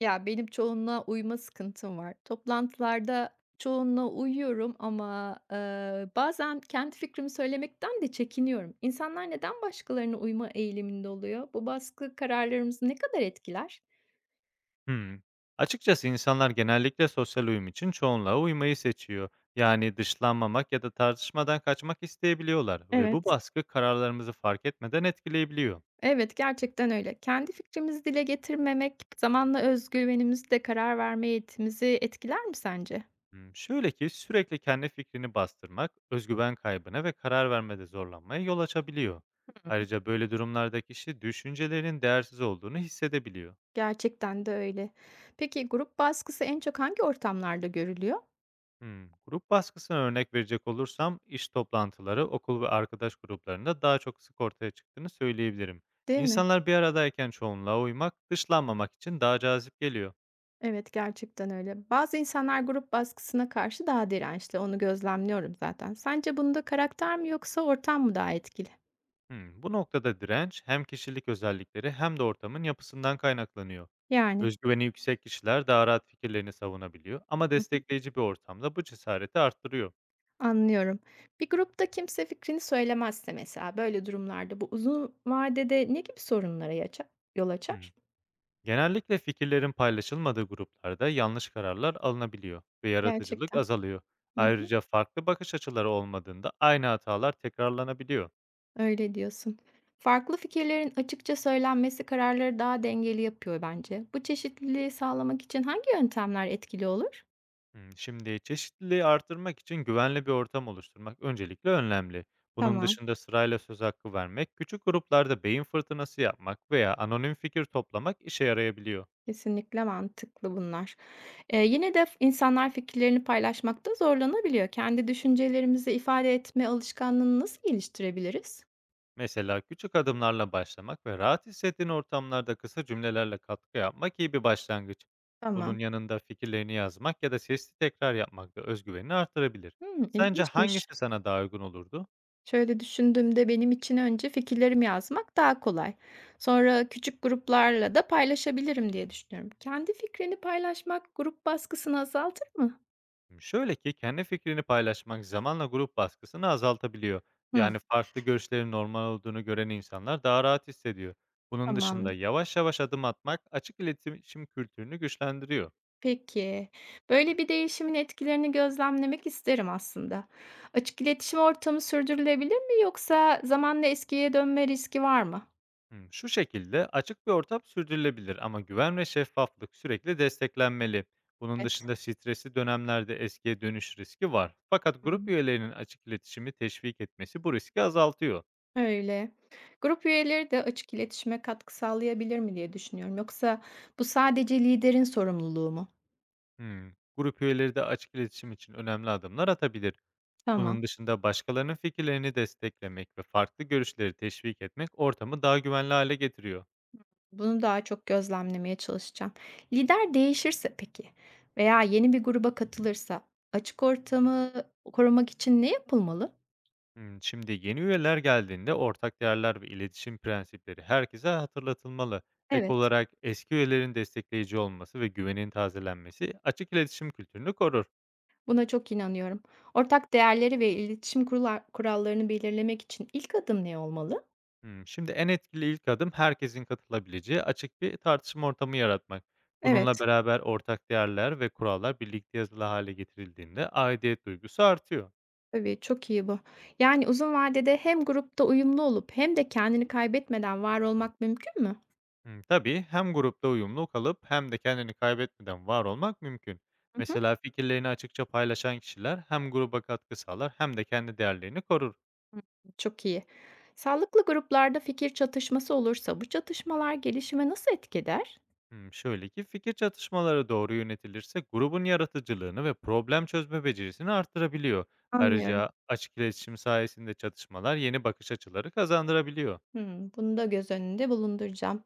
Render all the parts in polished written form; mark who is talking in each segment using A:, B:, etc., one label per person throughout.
A: Ya, benim çoğunluğa uyma sıkıntım var. Toplantılarda çoğunluğa uyuyorum ama, bazen kendi fikrimi söylemekten de çekiniyorum. İnsanlar neden başkalarına uyma eğiliminde oluyor? Bu baskı kararlarımızı ne kadar etkiler?
B: Hımm. Açıkçası insanlar genellikle sosyal uyum için çoğunluğa uymayı seçiyor. Yani dışlanmamak ya da tartışmadan kaçmak isteyebiliyorlar ve bu
A: Evet.
B: baskı kararlarımızı fark etmeden etkileyebiliyor.
A: Evet, gerçekten öyle. Kendi fikrimizi dile getirmemek zamanla özgüvenimizi de karar verme yetimizi etkiler mi sence?
B: Hımm, şöyle ki sürekli kendi fikrini bastırmak özgüven kaybına ve karar vermede zorlanmaya yol açabiliyor.
A: Hı.
B: Ayrıca böyle durumlarda kişi düşüncelerinin değersiz olduğunu hissedebiliyor.
A: Gerçekten de öyle. Peki grup baskısı en çok hangi ortamlarda görülüyor?
B: Hımm. Grup baskısına örnek verecek olursam, iş toplantıları, okul ve arkadaş gruplarında daha çok sık ortaya çıktığını söyleyebilirim.
A: Değil mi?
B: İnsanlar bir aradayken çoğunluğa uymak, dışlanmamak için daha cazip geliyor.
A: Evet, gerçekten öyle. Bazı insanlar grup baskısına karşı daha dirençli. Onu gözlemliyorum zaten. Sence bunda karakter mi yoksa ortam mı daha etkili?
B: Hımm. Bu noktada direnç, hem kişilik özellikleri hem de ortamın yapısından kaynaklanıyor.
A: Yani.
B: Özgüveni yüksek kişiler daha rahat fikirlerini savunabiliyor ama
A: Hı hı.
B: destekleyici bir ortamda bu cesareti arttırıyor.
A: Anlıyorum. Bir grupta kimse fikrini söylemezse mesela böyle durumlarda bu uzun vadede ne gibi sorunlara yol açar?
B: Genellikle fikirlerin paylaşılmadığı gruplarda yanlış kararlar alınabiliyor ve yaratıcılık
A: Gerçekten.
B: azalıyor.
A: Hı hı.
B: Ayrıca farklı bakış açıları olmadığında aynı hatalar tekrarlanabiliyor.
A: Öyle diyorsun. Farklı fikirlerin açıkça söylenmesi kararları daha dengeli yapıyor bence. Bu çeşitliliği sağlamak için hangi yöntemler etkili olur?
B: Hmm, şimdi çeşitliliği artırmak için güvenli bir ortam oluşturmak öncelikle önemli. Bunun
A: Tamam.
B: dışında sırayla söz hakkı vermek, küçük gruplarda beyin fırtınası yapmak veya anonim fikir toplamak işe yarayabiliyor.
A: Kesinlikle mantıklı bunlar. Yine de insanlar fikirlerini paylaşmakta zorlanabiliyor. Kendi düşüncelerimizi ifade etme alışkanlığını nasıl geliştirebiliriz?
B: Mesela küçük adımlarla başlamak ve rahat hissettiğin ortamlarda kısa cümlelerle katkı yapmak iyi bir başlangıç.
A: Tamam.
B: Bunun yanında fikirlerini yazmak ya da sesli tekrar yapmak da özgüvenini artırabilir.
A: Hımm,
B: Sence
A: ilginçmiş.
B: hangisi sana daha uygun olurdu?
A: Şöyle düşündüğümde benim için önce fikirlerimi yazmak daha kolay. Sonra küçük gruplarla da paylaşabilirim diye düşünüyorum. Kendi fikrini paylaşmak grup baskısını azaltır mı?
B: Şöyle ki kendi fikrini paylaşmak zamanla grup baskısını azaltabiliyor.
A: Hımm,
B: Yani farklı görüşlerin normal olduğunu gören insanlar daha rahat hissediyor. Bunun dışında
A: tamamdır.
B: yavaş yavaş adım atmak açık iletişim kültürünü güçlendiriyor.
A: Peki. Böyle bir değişimin etkilerini gözlemlemek isterim aslında. Açık iletişim ortamı sürdürülebilir mi yoksa zamanla eskiye dönme riski var mı?
B: Hmm, şu şekilde açık bir ortam sürdürülebilir ama güven ve şeffaflık sürekli desteklenmeli. Bunun
A: Evet.
B: dışında stresli dönemlerde eskiye dönüş riski var. Fakat
A: Hı.
B: grup üyelerinin açık iletişimi teşvik etmesi bu riski azaltıyor.
A: Öyle. Grup üyeleri de açık iletişime katkı sağlayabilir mi diye düşünüyorum. Yoksa bu sadece liderin sorumluluğu mu?
B: Hmm, grup üyeleri de açık iletişim için önemli adımlar atabilir.
A: Tamam.
B: Bunun dışında başkalarının fikirlerini desteklemek ve farklı görüşleri teşvik etmek ortamı daha güvenli hale getiriyor.
A: Bunu daha çok gözlemlemeye çalışacağım. Lider değişirse peki veya yeni bir gruba katılırsa açık ortamı korumak için ne yapılmalı?
B: Hmm, şimdi yeni üyeler geldiğinde ortak değerler ve iletişim prensipleri herkese hatırlatılmalı. Ek
A: Evet.
B: olarak eski üyelerin destekleyici olması ve güvenin tazelenmesi açık iletişim kültürünü korur.
A: Buna çok inanıyorum. Ortak değerleri ve iletişim kurallarını belirlemek için ilk adım ne olmalı?
B: Hmm, şimdi en etkili ilk adım herkesin katılabileceği açık bir tartışma ortamı yaratmak. Bununla
A: Evet,
B: beraber ortak değerler ve kurallar birlikte yazılı hale getirildiğinde aidiyet duygusu artıyor.
A: tabii çok iyi bu. Yani uzun vadede hem grupta uyumlu olup hem de kendini kaybetmeden var olmak mümkün mü?
B: Hımm, tabii, hem grupta uyumlu kalıp hem de kendini kaybetmeden var olmak mümkün.
A: Hı hı.
B: Mesela fikirlerini açıkça paylaşan kişiler hem gruba katkı sağlar hem de kendi değerlerini korur.
A: Çok iyi. Sağlıklı gruplarda fikir çatışması olursa bu çatışmalar gelişime nasıl etkiler?
B: Hımm, şöyle ki fikir çatışmaları doğru yönetilirse grubun yaratıcılığını ve problem çözme becerisini artırabiliyor.
A: Anlıyorum.
B: Ayrıca açık iletişim sayesinde çatışmalar yeni bakış açıları kazandırabiliyor.
A: Hmm, bunu da göz önünde bulunduracağım.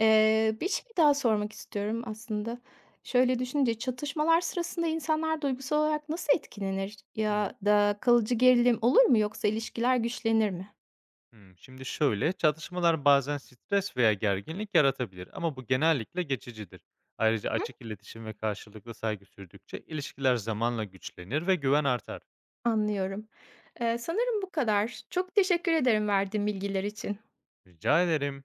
A: Bir şey daha sormak istiyorum aslında. Şöyle düşününce çatışmalar sırasında insanlar duygusal olarak nasıl etkilenir
B: Hımm.
A: ya da kalıcı gerilim olur mu yoksa ilişkiler güçlenir mi?
B: Hımm, şimdi şöyle, çatışmalar bazen stres veya gerginlik yaratabilir ama bu genellikle geçicidir. Ayrıca
A: Hı.
B: açık iletişim ve karşılıklı saygı sürdükçe ilişkiler zamanla güçlenir ve güven artar.
A: Anlıyorum. Sanırım bu kadar. Çok teşekkür ederim verdiğin bilgiler için.
B: Rica ederim.